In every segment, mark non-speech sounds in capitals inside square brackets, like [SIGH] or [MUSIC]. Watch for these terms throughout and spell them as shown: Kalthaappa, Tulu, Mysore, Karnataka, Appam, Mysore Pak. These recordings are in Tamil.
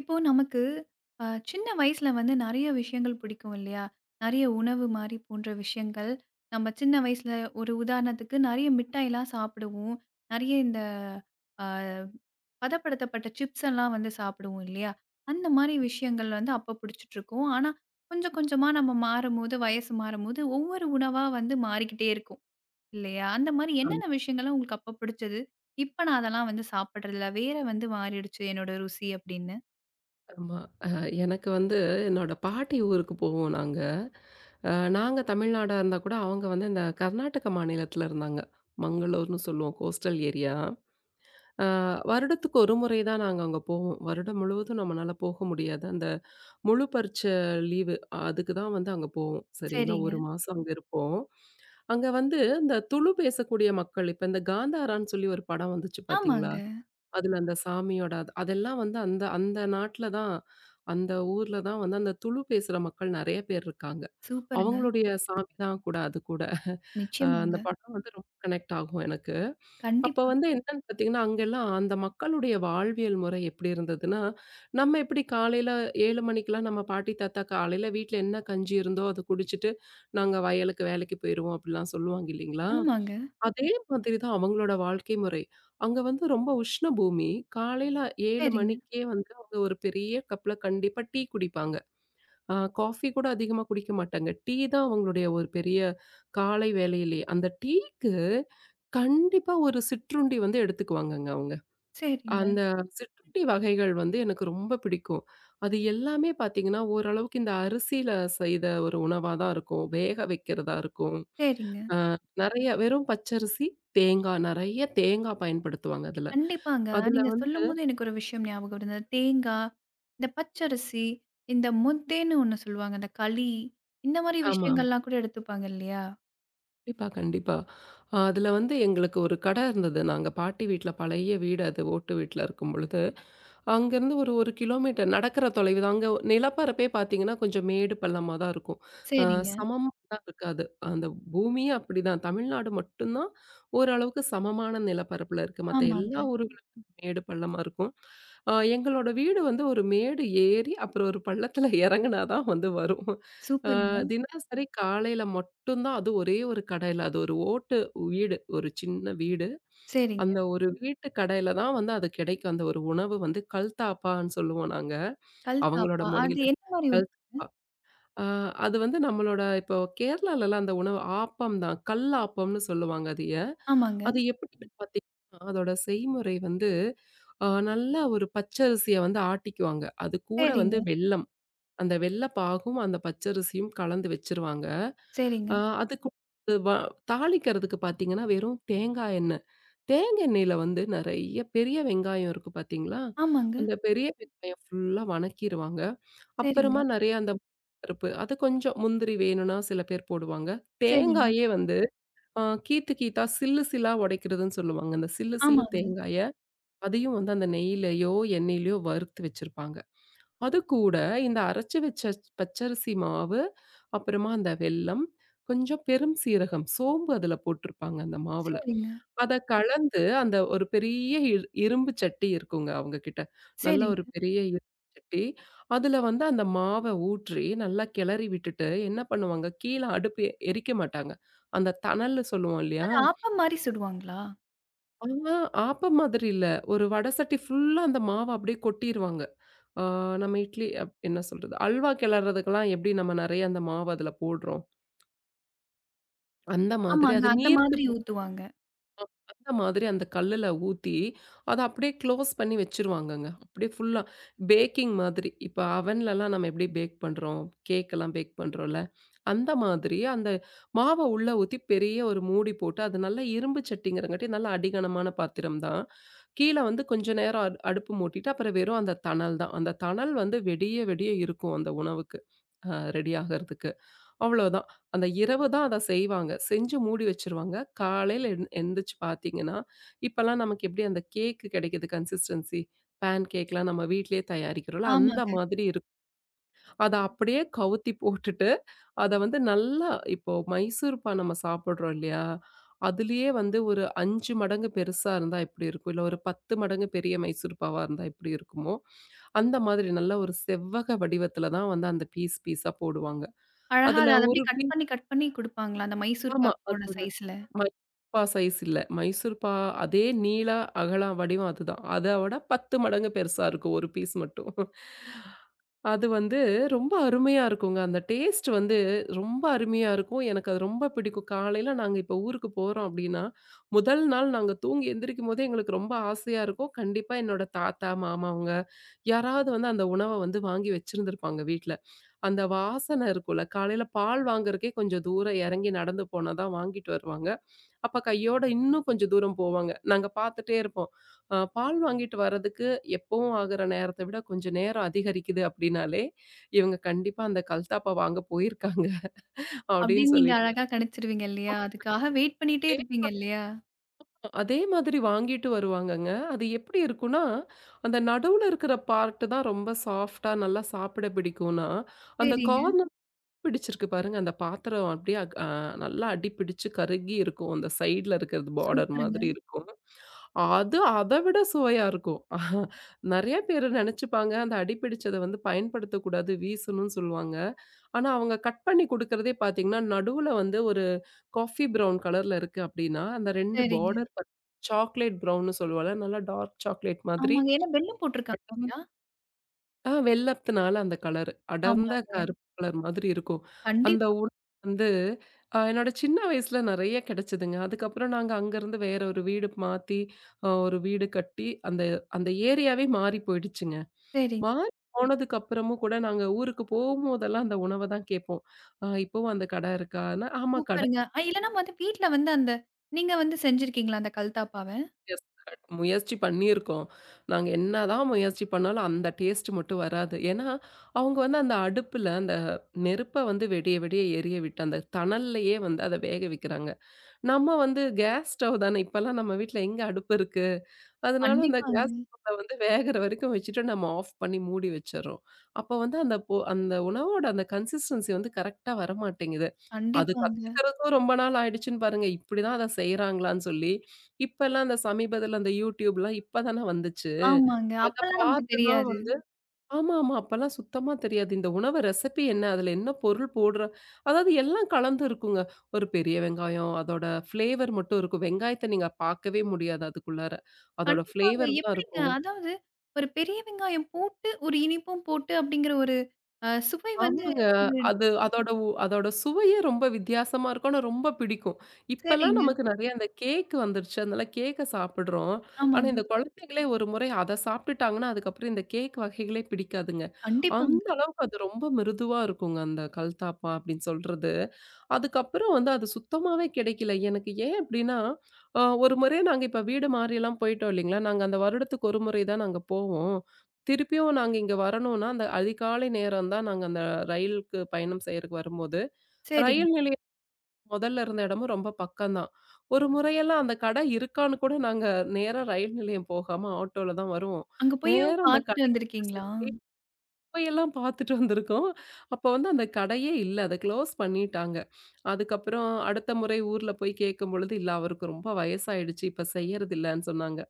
இப்போ நமக்கு சின்ன வயசுல வந்து நெறைய விஷயங்கள் பிடிக்கும் இல்லையா? நெறைய உணவு மாரி போன்ற விஷயங்கள். நம்ம சின்ன வயசுல ஒரு உதாரணத்துக்கு நெறைய மிட்டாய்லாம் சாப்பிடுவோம். நெறைய இந்த அ, பதப்படுத்தப்பட்ட சிப்ஸ் எல்லாம் வந்து சாப்பிடுவோம் இல்லையா? அந்த மாரி விஷயங்கள் வந்து அப்ப பிடிச்சிட்டுருக்கும். ஆனா, கொஞ்சம் கொஞ்சமா நம்ம மாறும்போது, வயசு மாறும்போது ஒவ்வொரு உணவா வந்து மாறிக்கிட்டே இருக்கும் இல்லையா? அந்த மாரி ஆம். என்னென்ன விஷயங்கள்லாம் உங்களுக்கு அப்ப பிடிச்சது? இப்ப நான் அதெல்லாம் வந்து சாப்பிடுறதில்ல. வேற வந்து மாறிடுச்சு என்னோட ருசி அப்படின்னு? ஆமா. அ எனக்கு வந்து என்னோட பாட்டி ஊருக்கு போவோம் நாங்க. நாங்க தமிழ்நாடா இருந்தா கூட, அவங்க வந்து இந்த கர்நாடக மாநிலத்தில இருந்தாங்க. மங்களூர்ன்னு சொல்லுவோம். Coastal area. அ வருடத்துக்கு ஒரு முறை தான் நாங்க அங்க போவோம். வருடம் முழுவதும் நம்மனால போக முடியாது. அந்த முழு லீவு அதுக்கு தான் வந்து அங்க போவோம். சரிங்களா? சரிங்க. 1 மாசம் அங்க இருப்போம். அங்க வந்து இந்த துளு பேசக்கூடிய மக்கள், இப்ப இந்த காந்தாரான்னு சொல்லி ஒரு படம் வந்துச்சு பார்த்தீங்களா? ஆமாங்க. அதுல அந்த சாமியோட அதெல்லாம் வந்து அந்த அந்த நாட்ல தான், அந்த ஊர்ல தான் வந்து அந்த துளு பேசுற மக்கள் நெறைய பேர் இருக்காங்க. சூப்பருங்க. அவங்களுடைய சாமி தான் கூட அது கூட. அந்த நிச்சயமாங்க. படம் வந்து ரொம்ப கனெக்ட் ஆகும் எனக்கு. அப்ப கண்டிப்பா. வந்து என்னன்னு பார்த்தீங்கன்னா, அங்கெல்லாம் அந்த மக்களுடைய வாழ்வியல் முறை எப்படி இருந்ததுன்னா, நம்ம எப்படி காலையில 7 மணிக்கெல்லாம் நம்ம பாட்டி, தாத்தா காலையில வீட்ல என்ன கஞ்சி இருந்தோ அத குடிச்சிட்டு, நாங்க வயலுக்கு வேலைக்கு போயிருவோம் அப்படிலாம் சொல்லுவாங்க இல்லைங்களா? ஆமாங்க. அதே மாதிரி தான் அவங்களோட வாழ்க்கை முறை. அங்க வந்து ரொம்ப உஷ்ண பூமி. காலையில 7 சரிங்க, மணிக்கே வந்து அவங்க ஒரு பெரிய கப்ல கண்டிப்பா டீ குடிப்பாங்க. காஃபி கூட அதிகமா குடிக்க மாட்டாங்க. டீ தான் அவங்களுடைய ஒரு பெரிய காலை வேலையிலே. அந்த டீக்கு கண்டிப்பா ஒரு சிற்றுண்டி வந்து எடுத்துக்குவாங்கங்க அவங்க. சரிங்க, அந்த சிற்றுண்டி வகைகள் வந்து எனக்கு ரொம்ப பிடிக்கும். அது எல்லாமே பார்த்தீங்கன்னா, ஓரளவுக்கு இந்த அரிசியில செய்த ஒரு உணவா தான் இருக்கும். வேக வைக்கிறதா இருக்கும். சரிங்க. ஆ நெறைய வெறும் பச்சரிசி, தேங்காய் நெறைய தேங்காய் பயன்படுத்துவாங்க அதுல. கண்டிப்பாங்க. அதுல நீங்க வந்து சொல்லும்போது எனக்கு ஒரு விஷயம் ஞாபகம் வருது. இந்த தேங்கா, இந்த பச்சரிசி, இந்த முத்தேன்னு ஒண்ணு சொல்லுவாங்க. இந்த களி, இந்த மாரி ஆமா, ஆமா. விஷயங்கள்லாம் கூட எடுத்துப்பாங்க இல்லையா? கண்டிப்பா, கண்டிப்பா. அதுல வந்து எங்களுக்கு ஒரு கடை இருந்தது. நாங்க பாட்டி வீட்ல பழைய வீடு அது ஓட்டு வீட்ல இருக்கும் பொழுது, அங்கேருந்து ஒரு 1 கிலோமீட்டர் நடக்கிற தொலைவு தான். அங்க நிலப்பரப்பே பார்த்தீங்கன்னா, கொஞ்சம் மேடு பள்ளமா தான் இருக்கும். அ சரிங்க. சமமா தான் இருக்காது. அந்த பூமியே அப்படிதான். தமிழ்நாடு மட்டும் தான் ஓரளவுக்கு சமமான நிலப்பரப்புல இருக்கு. மத்த ஆமாங்க. எல்லா ஊர்களுக்கும் மேடு பள்ளமா இருக்கும். எங்களோட வீடு வந்து ஒரு மேடு ஏறி, அப்புறம் ஒரு பள்ளத்துல இறங்குனா தான் வந்து வரும். அ சூப்பருங்க. தினசரி காலையில மட்டும் தான் அது ஒரே ஒரு கடையில அது ஒரு ஓட்டு வீடு. ஒரு சின்ன வீடு. சரிங்க. அந்த ஒரு வீட்டு கடையில தான் வந்து அது கிடைக்கும். அந்த ஒரு உணவு வந்து கல்தாப்பான்னு சொல்லுவோம் நாங்க. கல் அவங்களோட தாப்பா. அது மொழியில. என்ன மாரி கல் ஆ அது வந்து நம்மளோட இப்போ கேரளாலலாம் அந்த உணவு ஆப்பம் தான். கல்லாப்பம்ன்னு சொல்லுவாங்க அதைய. ஆமாங்க. அது எப்படின்னு பார்த்தீங்கன்னா, அதோட செய்முறை வந்து நல்லா ஒரு பச்சரிசிய வந்து ஆட்டிக்குவாங்க. அது கூட வந்து சரிங்க, வெல்லம். அந்த வெல்ல பாகும், அந்த பச்சரிசியும் கலந்து வச்சுருவாங்க. அ சரிங்க. அதுக்கு வ தாளிக்கிறதுக்கு பார்த்தீங்கன்னா, வெறும் தேங்காய் எண்ணெய் தேங்க எண்ணெயில வந்து நெறைய பெரிய வெங்காயம் இருக்கு பார்த்தீங்களா? ஆமாங்க. அந்த பெரிய வெங்காயம் ஃபுல்லா வணக்கிருவாங்க. சரிங்க, அப்புறமா நெறைய அந்த பருப்பு அது கொஞ்சம் முந்திரி வேணும்னா சில பேர் போடுவாங்க. சரிங்க. தேங்காயே வந்து கீத்து கீத்தா சில்லு சில்லா உடைக்கிறதுன்னு சொல்லுவாங்க. அந்த சில்லு சில்லு ஆமாங்க. தேங்காய அதையும் வந்து அந்த நெய்யிலயோ, எண்ணெயிலயோ வறுத்து வச்சிருப்பாங்க. அது கூட இந்த அரைச்சு வச்ச பச்சரிசி மாவு, அப்புறமா அந்த வெல்லம், கொஞ்சம் பெரும் சீரகம், சோம்பு அதுல போட்டிருப்பாங்க அந்த மாவுல. சரிங்க, அத கலந்து அந்த ஒரு பெரிய இரும்பு சட்டி இருக்குங்க அவங்க கிட்ட. நல்ல சரிங்க. ஒரு பெரிய இரும்பு சட்டி. அதுல வந்து அந்த மாவ ஊற்றி நல்லா கிளறி விட்டுட்டு என்ன பண்ணுவாங்க, கீழ அடுப்பு எரிக்க மாட்டாங்க. அந்த தணல்னு சொல்லுவோம் இல்லையா? அது ஆப்பம் மாரி சுடுவாங்களா? ஆனா ஆப்பம் மாதிரி இல்ல. ஒரு வடை சட்டி ஃபுல்லா அந்த மாவ அப்படியே கொட்டிருவாங்க. ஆ நம்ம இட்லி என்ன சொல்றது? அல்வா கிளறதுக்கெல்லாம் எப்படி நம்ம நெறைய அந்த மாவு அதுல போடுறோம். அந்த மாதிரி ஆமாங்க. அது அந்த நீர்த்து மாதிரி ஊத்துவாங்க. அந்த மாதிரி அந்த கல்லுல ஊத்தி, அத அப்படியே க்ளோஸ் பண்ணி வச்சுருவாங்கங்க. அப்படியே ஃபுல்லா பேக்கிங் மாதிரி. இப்ப அவன்லலாம் நம்ம எப்படி பேக் பண்றோம்? கேக்கெல்லாம் பேக் பண்றோம்ல. அந்த மாதிரி அந்த மாவ உள்ள ஊத்தி பெரிய ஒரு மூடி போட்டு, அது நல்லா இரும்பு சட்டிங்கிறங்காட்டி நல்ல அடிகனமான பாத்திரம் தான். கீழ வந்து கொஞ்ச நேரம் அடுப்பு மூட்டிட்டு, அப்புறம் வெறும் அந்த தணல் தான். அந்த தணல் வந்து வெடிய வெடிய இருக்கும் அந்த உணவுக்கு. ரெடி ஆகறதுக்கு. அவ்வளவுதான். அந்த இரவு தான் அத செய்வாங்க. செஞ்சு மூடி வச்சுருவாங்க. காலையில எந்திரிச்சு பார்த்தீங்கன்னா, இப்பலாம் நமக்கு எப்படி அந்த கேக்கு கிடைக்குது கன்சிஸ்டன்சி. பேன் கேக்லாம் நம்ம வீட்லயே தயாரிக்கிறோம்ல, அந்த ஆமாங்க. மாதிரி இருக்கும். அத அப்படியே கவுத்தி போட்டுட்டு, அத வந்து நல்லா இப்போ மைசூர்பா நம்ம சாப்பிடுறோம் இல்லையா? அதுலயே வந்து ஒரு 5 மடங்கு பெருசா இருந்தா எப்படி இருக்கும்? இல்ல ஒரு 10 மடங்கு பெரிய மைசூர்பாவா இருந்தா எப்படி இருக்குமோ, அந்த மாதிரி நல்ல ஒரு செவ்வக வடிவத்துல தான் வந்து அந்த பீஸ் பீஸா போடுவாங்க. அழகா அதுல அத அத ஒரு அப்படியே கட் பண்ணி, கட் பண்ணி குடுப்பாங்களா, அந்த மைசூர் ஆமா. அது பாக்கோட ஒரு சைஸ்ல. மைசூர்பா சைஸ் இல்ல. மைசூர்பா அதே நீள அகலம் வடிவம் அதுதான். அத விட 10 மடங்கு பெருசா இருக்கும். ஒரு பீஸ் மட்டும். அது வந்து ரொம்ப அருமையா இருக்குங்க. அந்த டேஸ்ட் வந்து ரொம்ப அருமையா இருக்கும். எனக்கு அது ரொம்ப பிடிக்கும். காலையில நாங்க இப்ப ஊருக்கு போறோம் அப்டின்னா, முதல் நாள் நாங்க தூங்கி எந்திரிக்கும்போதே எங்களுக்கு ரொம்ப ஆசையா இருக்கும். கண்டிப்பா என்னோட தாத்தா, மாமா அவங்க யாராவது வந்து அந்த உணவ வந்து வாங்கி வச்சிருந்திருப்பாங்க வீட்ல. அந்த வாசனை இருக்கும்ல. காலையில பால் வாங்குறதுக்கே கொஞ்சம் தூரம் இறங்கி நடந்து போனா தான் வாங்கிட்டு வருவாங்க. அப்ப கையோட இன்னும் கொஞ்சம் தூரம் போவாங்க. நாங்க பார்த்துட்டே இருப்போம். பால் வாங்கிட்டு வர்றதுக்கு எப்பவும் ஆகுற நேரத்த விட கொஞ்சம் நேரம் அதிகரிக்குது அப்படின்னாலே, இவங்க கண்டிப்பா அந்த கல்தாப்பா வாங்க போயிருக்காங்க [LAUGHS] அப்படின்னு அப்படின்னு நீங்க சொல்லிட்டு அழகா கணிச்சிருவீங்க இல்லையா? அதுக்காக வெயிட் பண்ணிட்டே அதே இருப்பீங்க இல்லையா? அதே மாதிரி வாங்கிட்டு வருவாங்கங்க. அது எப்படி இருக்கும்னா, அந்த நடுவுல இருக்கிற பார்ட் தான் ரொம்ப சாஃப்ட்டா நல்லா சாப்பிட பிடிக்கும்னா, அந்த சரிங்க. கார்ன் பிடிச்சிருக்கு பாருங்க. அந்த பாத்திரம் அப்படியே நல்லா அடிபிடிச்சு கருகி இருக்கும். அந்த சைடுல இருக்கிறது பார்டர் சூப்பருங்க. மாதிரி இருக்கும். அது அத விட சுவையா இருக்கும். நெறைய பேரு நெனச்சுப்பாங்க, அந்த அடிபிடிச்சத வந்து பயன்படுத்தக்கூடாது, வீசணும்னு சொல்லுவாங்க. ஆனா, அவங்க கட் பண்ணி குடுக்கறதே பாத்தீங்கன்னா, நடுவுல வந்து ஒரு காஃபி ப்ரவுன் கலர்ல இருக்கு அப்படின்னா, அந்த 2 சரிங்க. பார்டர் சாக்லேட் ப்ரவுன்னு சொல்லுவோம்ல. நல்லா டார்க் சாக்லேட் மாதிரி ஆமாங்க. ஏன்னா வெல்லம் போட்டுருக்காங்க இல்லையா? வெள்ளத்துனால அந்த கலர். அடர்ந்த ஆமாங்க. கருப்பு கலர் மாதிரி இருக்கும். அந்த கண்டிப்பா. வந்து என்னோட சின்ன வயசுல நெறைய கிடைச்சதுங்க. அதுக்கப்புறம் நாங்க அங்கருந்து வேற ஒரு வீடு மாத்தி, ஒரு வீடு கட்டி அந்த அந்த ஏரியாவே மாறி போயிடுச்சுங்க. சரிங்க. மாறி போனதுக்கு அப்புறமும் கூட நாங்க ஊருக்கு போகும்போதெல்லாம் அந்த உணவ தான் கேட்போம். இப்பவும் அந்த கடை இருக்கான்னா?" "ஆமா கடை சூப்பருங்க. இல்லன்னா வந்து வீட்ல வந்து அந்த நீங்க வந்து செஞ்சிருக்கீங்களா அந்த கல்தாப்பாவ? எஸ். கரெக்ட். முயற்சி பண்ணியிருக்கோம். நாங்க என்னதான் முயற்சி பண்ணாலும் அந்த டேஸ்ட் மட்டும் வராது. ஏன்னா, அவங்க வந்து அந்த அடுப்புல அந்த நெருப்ப வந்து வெடிய, வெடிய எரிய விட்டு அந்த தணல்லயே வந்து அத வேக வைக்கிறாங்க. நம்ம வந்து கேஸ் ஸ்டவ் தானே இப்பலாம் நம்ம வீட்ல எங்க அடுப்பு இருக்கு? அதனால அந்த கண்டிப்பாங்க, கேஸ் ஸ்டவ்ல வந்து வேகுற வரைக்கும் வச்சுட்டு நம்ம ஆஃப் பண்ணி மூடி வச்சுர்றோம். அப்ப வந்து அந்த அந்த உணவோட அந்த கன்சிஸ்டன்சி வந்து கரெக்ட்டா வரமாட்டேங்குது. அது கண்டிப்பாங்க. கத்துக்கிறதும் ரொம்ப நாள் ஆயிடுச்சுன்னு பாருங்க. இப்படிதான் அத செய்றாங்களான்னு சொல்லி, இப்பல்லாம் அந்த சமீபத்துல அந்த YouTubeலாம் இப்ப தானே வந்துச்சு. ஆமாங்க. அத அப்பல்லாம் நமக்கு பார்த்து தான் தெரியாது. வந்து ஆமா, ஆமா. அப்பல்லாம் சுத்தமா தெரியாது. இந்த உணவு ரெசிபி என்ன? அதுல என்ன பொருள் போடுற அதாவது எல்லாம் கலந்து இருக்குங்க. ஒரு பெரிய வெங்காயம், அதோட ஃப்ளேவர் மட்டும் இருக்கும். வெங்காயத்த நீங்க பார்க்கவே முடியாது அதுக்குள்ளார. அதோட கண்டிப்பாங்க. ஃப்ளேவர் தான் எப்படிங்க? இருக்கும். அதாவது ஒரு பெரிய வெங்காயம் போட்டு, ஒரு இனிப்பும் போட்டு அப்படிங்கிற ஒரு சுவை வந்து ஆமாங்க. ஒரு அது அதோட அதோட சுவையே ரொம்ப வித்தியாசமா இருக்கும். ஆனா ரொம்ப பிடிக்கும். இப்பலாம் சரிங்க. நமக்கு நெறைய இந்த கேக் வந்துருச்சு. அதனால கேக்க சாப்பிடுறோம். ஆனா ஆமாங்க. இந்த குழந்தைங்களே ஒரு முறை அத சாப்பிட்டுட்டாங்கன்னா, அதுக்கப்புறம் இந்த கேக் வகைகளே பிடிக்காதுங்க. கண்டிப்பாங்க. அந்த அளவுக்கு அது ரொம்ப மிருதுவா இருக்குங்க. அந்த கல்தாப்பா அப்படின்னு சொல்றது. அதுக்கப்புறம் வந்து அது சுத்தமாவே கிடைக்கல. எனக்கு ஏன் அப்டின்னா, ஒரு முறை நாங்க இப்ப வீடு மாறிலாம் போயிட்டோம் இல்லைங்களா? நாங்க அந்த வருடத்துக்கு ஒரு முறை தான் நாங்க போவோம். திருப்பியும் நாங்க இங்க வரணும்னா, அந்த அதிகாலை நேரம் தான் நாங்க அந்த ரயிலுக்கு பயணம் செய்றதுக்கு வரும்போது, சரிங்க. ரயில் நிலையம் முதல்ல இருந்த இடமும் ரொம்ப பக்கம் தான். ஒரு முறையெல்லாம் அந்த கடை இருக்கான்னு கூட நாங்க நேரா ரயில் நிலையம் போகாம ஆட்டோல தான் வருவோம். அங்க போயும் நேரா அந்த பார்த்துட்டு கடைக்கு வந்திருக்கீங்களா? போயெல்லாம் பார்த்துட்டு வந்திருக்கோம். அப்போ வந்து அந்த கடையே இல்ல. அத க்ளோஸ் பண்ணிட்டாங்க. அதுக்கப்புறம் அடுத்த முறை ஊர்ல போய் கேட்கும்பொழுது, "இல்ல அவருக்கு ரொம்ப வயசாயிடுச்சு. இப்ப செய்யறதில்லன்னு" சொன்னாங்க.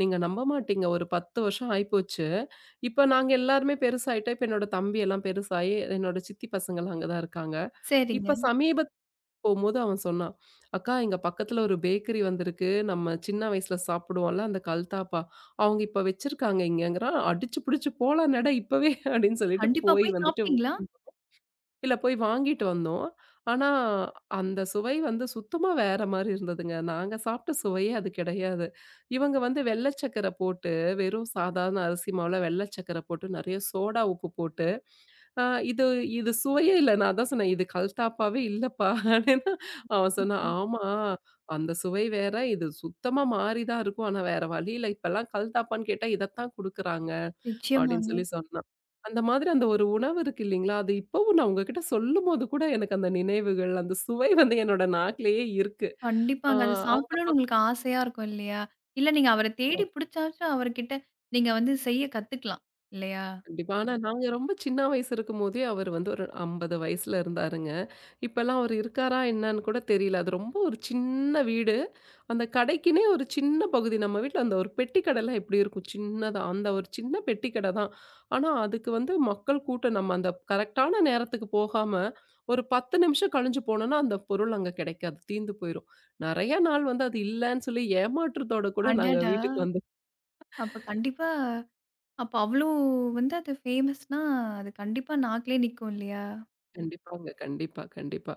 நீங்க நம்ப மாட்டீங்க. ஒரு 10 வருஷம் ஆயிப்போச்சு. இப்ப நாங்க எல்லாருமே பெருசாயிட்டோம். இப்ப என்னோட தம்பி எல்லாம் பெருசாயி, என்னோட சித்தி பசங்கலாம் அங்க தான் இருக்காங்க. சரிங்க. இப்ப போம்போது அவன் சொன்னான், "அக்கா இங்க பக்கத்துல ஒரு பேக்கரி வந்திருக்கு. நம்ம சின்ன வயசுல சாப்பிடுவோம்ல அந்த கல்தாப்பா. அவங்க இப்ப வச்சிருக்காங்க இங்கங்கிறான். அடிச்சு புடிச்சு போலாம் நடா இப்பவே" அப்படின்னு சொல்லிட்டு கண்டிப்பா போய் போய் வந்துட்டு சாப்பிட்டீங்களா? இல்ல போய் வாங்கிட்டு வந்தோம். ஆனா, அந்த சுவை வந்து சுத்தமா வேற மாரி இருந்ததுங்க. நாங்க சாப்பிட்ட சுவையே அது கிடையாது. இவங்க வந்து வெள்ள சக்கர போட்டு, வெறும் சாதாரண அரிசி மாவுல வெள்ள சக்கர போட்டு, நெறைய சோடா உப்பு போட்டு, அ இது இது சுவையே இல்ல. நான் அதான் சொன்னேன், "இது கல்தாப்பாவே இல்லப்பா" அப்டின்னா, அவன் சொன்னான், ம். "ஆமா, அந்த சுவை வேற, இது சுத்தமா மாறி தான் இருக்கும். ஆனா வேற வழி இல்ல. இப்பலாம் கல்தாப்பான்னு கேட்டா இதத்தான் குடுக்குறாங்க." அப்படின்னு நிச்சயமாங்க. சொல்லி சொன்னா. அந்த மாதிரி அந்த ஒரு உணவு இருக்கு இல்லீங்களா? அது இப்பவும் நான் உங்ககிட்ட சொல்லும்போது கூட எனக்கு அந்த நினைவுகள், அந்த சுவை வந்து என்னோட நாக்கிலேயே இருக்கு. ஆ கண்டிப்பாங்க. அத சாப்பிடணும்னு உங்களுக்கு ஆசையா இருக்கும் இல்லையா? இல்ல நீங்க அவர அங்க தேடி புடிச்சாச்சும் அவர்கிட்ட நீங்க வந்து செய்ய கத்துக்கலாம் இல்லையா? கண்டிப்பா. ஆனா நாங்க ரொம்ப சின்ன வயசு இருக்கும்போதே அவரு வந்து ஒரு 50 வயசுல இருந்தாருங்க. இப்பலாம் அவரு இருக்காரா என்னன்னு கூட தெரியல. அது ரொம்ப ஒரு சின்ன வீடு. அந்த கடைக்குன்னே ஒரு சின்ன பகுதி. நம்ம வீட்ல அந்த ஒரு பெட்டி கடைலாம் எப்படி இருக்கும்? சின்னதா. அந்த ஒரு சின்ன பெட்டி கடை தான். ஆனா அதுக்கு வந்து மக்கள் கூட்டம். நம்ம அந்த கரெக்ட்டான நேரத்துக்கு போகாம, ஒரு 10 நிமிஷம் கழிஞ்சு போனோம்னா, அந்த பொருள் அங்க கிடைக்காது. தீந்து போயிரும். நெறைய நாள் வந்து அது இல்லன்னு சொல்லி ஏமாற்றத்தோட கூட நாங்க அடடா! வீட்டுக்கு அப்ப கண்டிப்பா அப்ப அவ்ளோ வந்து அது ஃபேமஸ்னா, அது கண்டிப்பா நாக்குலயே நிக்கும் இல்லையா? கண்டிப்பாங்க. கண்டிப்பா, கண்டிப்பா.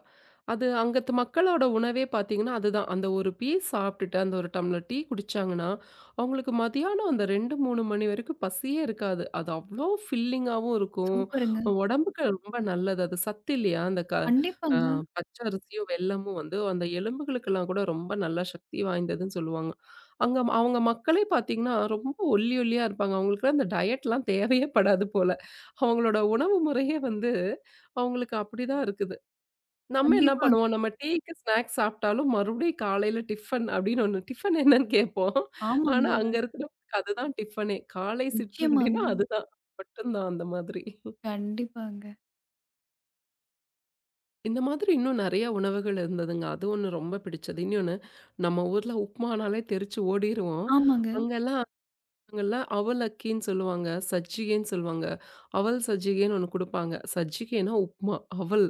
அது அங்கத்து மக்களோட உணவே பார்த்தீங்கன்னா, அதுதான். அந்த ஒரு பீஸ் சாப்பிட்டுட்டு, அந்த ஒரு டம்ளர் டீ குடிச்சாங்கன்னா, அவங்களுக்கு மதியானம் அந்த 2, 3 மணி வரைக்கும் பசியே இருக்காது. அது அவ்ளோ ஃபில்லிங்காவும் இருக்கும். சூப்பருங்க. உடம்புக்கு ரொம்ப நல்லது. அது சத்து இல்லையா? அந்த அ கண்டிப்பாங்க, பச்சரிசியும், வெல்லமும் வந்து அந்த எலும்புகளுக்கெல்லாம் கூட ரொம்ப நல்ல சக்தி வாய்ந்ததுன்னு சொல்லுவாங்க. அங்க அவங்க மக்களே பார்த்தீங்கன்னா, ரொம்ப ஒல்லி ஒல்லியா இருப்பாங்க. அவங்களுக்குலாம் அந்த டயட்லாம் தேவையே படாது போல. அவங்களோட உணவு முறையே வந்து அவங்களுக்கு அப்படிதான் இருக்குது. நம்ம என்ன கண்டிப்பாங்க. பண்ணுவோம், நம்ம டீக்கு ஸ்நாக்ஸ் சாப்பிட்டாலும் மறுபடியும் காலையில டிஃபன் அப்படின்னு ஒண்ணு டிஃபன் என்னன்னு கேட்போம். ஆனா ஆமாங்க, அங்க இருக்கிறவங்களுக்கு அதுதான் டிஃபனே. காலை சிற்றுண்டின்னா நிச்சயமாங்க. அதுதான். மட்டும்தான் அந்த மாதிரி. கண்டிப்பாங்க. இந்த மாதிரி இன்னும் நெறைய உணவுகள் இருந்ததுங்க. அது ஒண்ணு ரொம்ப பிடிச்சது. இன்னொன்னு நம்ம ஊர்ல உப்புமானாலே தெரிச்சு ஓடிருவோம். ஆமாங்க, அங்கெல்லாம் அவங்கள்ல அவல் அக்கின்னு சொல்லுவாங்க. சஜ்ஜிகைன்னு சொல்லுவாங்க. அவல் சஜ்ஜிகைன்னு ஒண்ணு குடுப்பாங்க. சஜ்ஜிகைன்னா உப்புமா. அவல்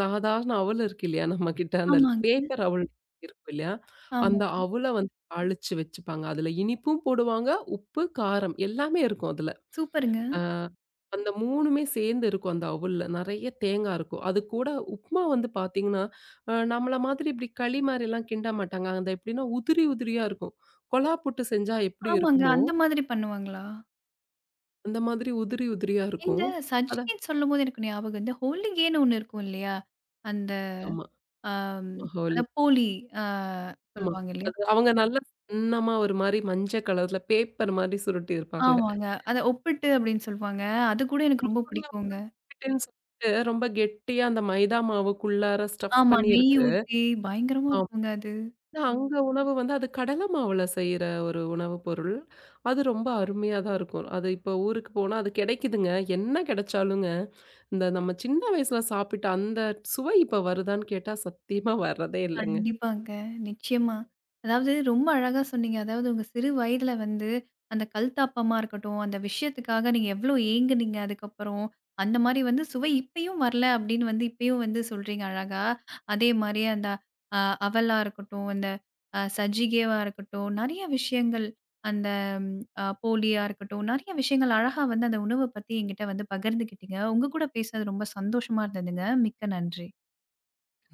சாதாரண அவல் இருக்கு இல்லையா? நம்மகிட்ட அந்த ஆமாங்க, பேப்பர் அவல் இருக்கும் இல்லையா? ஆமா. அந்த அவல வந்து தாளிச்சு வச்சுப்பாங்க. அதுல இனிப்பும் போடுவாங்க, உப்பு, காரம் எல்லாமே இருக்கும் அதுல. சூப்பருங்க. அ அந்த 3மே சேர்ந்து இருக்கும் அந்த அவுல்ல. நெறைய தேங்கா இருக்கும். அது கூட உப்புமா வந்து பார்த்தீங்கன்னா, நம்மள மாதிரி இப்படி களி மாரிலாம் கிண்ட மாட்டாங்க. அந்த எப்படின்னா உதிரி உதிரியா இருக்கும். கொழா புட்டு செஞ்சா எப்படி ஆமாங்க. இருக்குமோ அந்த மாதிரி பண்ணுவாங்களா? அந்த மாதிரி உதிரி உதிரியா இந்த இருக்கும். அதான் சஜ்ஜின்னு சொல்லும்போது எனக்கு ஞாபகம் இந்த ஹோலிகேன்னு ஒண்ணு இருக்கும் இல்லையா? அந்த ஆமா. அம் அத ஹோலி. போலி அ ஆமா. சொல்லுவாங்க இல்லையா? அது அவங்க நல்லா சின்னமா ஒரு மாரி மஞ்ச கலர்ல பேப்பர் மாரி சுருட்டி இருப்பாங்க. ஆமாங்க. அத ஒப்பிட்டு அப்படின்னு சொல்லுவாங்க. அது கூட எனக்கு ரொம்ப அதுல வந்து பிடிக்குங்க. biscuitன்னு சொல்லிட்டு ரொம்ப கெட்டியா அந்த மைதா மாவுக்குள்ளார ஸ்டஃப் ஆமா நெய் பண்ணியிருக்கு. ஊத்தி பயங்கரமா ஆமா. இருக்குங்க அது. ஆனா அங்க உணவு வந்து அது கடல மாவுல செய்ற ஒரு உணவு பொருள். அது ரொம்ப அருமையா தான் இருக்கும். அது இப்போ ஊருக்கு போனா அது கெடைக்குதுங்க. என்ன கெடைச்சாலுங்க, இந்த நம்ம சின்ன வயசுல சாப்பிட்ட அந்த சுவை இப்ப வருதான்னு கேட்டா சத்தியமா வர்றதே இல்லங்க. கண்டிப்பாங்க. நிச்சயமா. அதாவது ரொம்ப அழகா சொன்னீங்க. அதாவது உங்க சிறு வயதில வந்து அந்த கல் தாப்பமா இருக்கட்டும், அந்த விஷயத்துக்காக நீங்க எவ்ளோ ஏங்குனீங்க அதுக்கப்புறம். அந்த மாரி வந்து சுவை இப்பயும் வரல அப்டின்னு வந்து இப்பயும் வந்து சொல்றீங்க அழகா. அதே மாரி அந்த அ அவலா இருக்கட்டும், அந்த சஜிகேவா இருக்கட்டும், நெறைய விஷயங்கள் அந்த போலியா இருக்கட்டும், நெறைய விஷயங்கள் அழகா வந்து அந்த உணவ பத்தி என்கிட்ட வந்து பகிர்ந்துக்கிட்டீங்க. உங்க கூட பேசுனது ரொம்ப சந்தோஷமா இருந்ததுங்க. மிக்க நன்றி.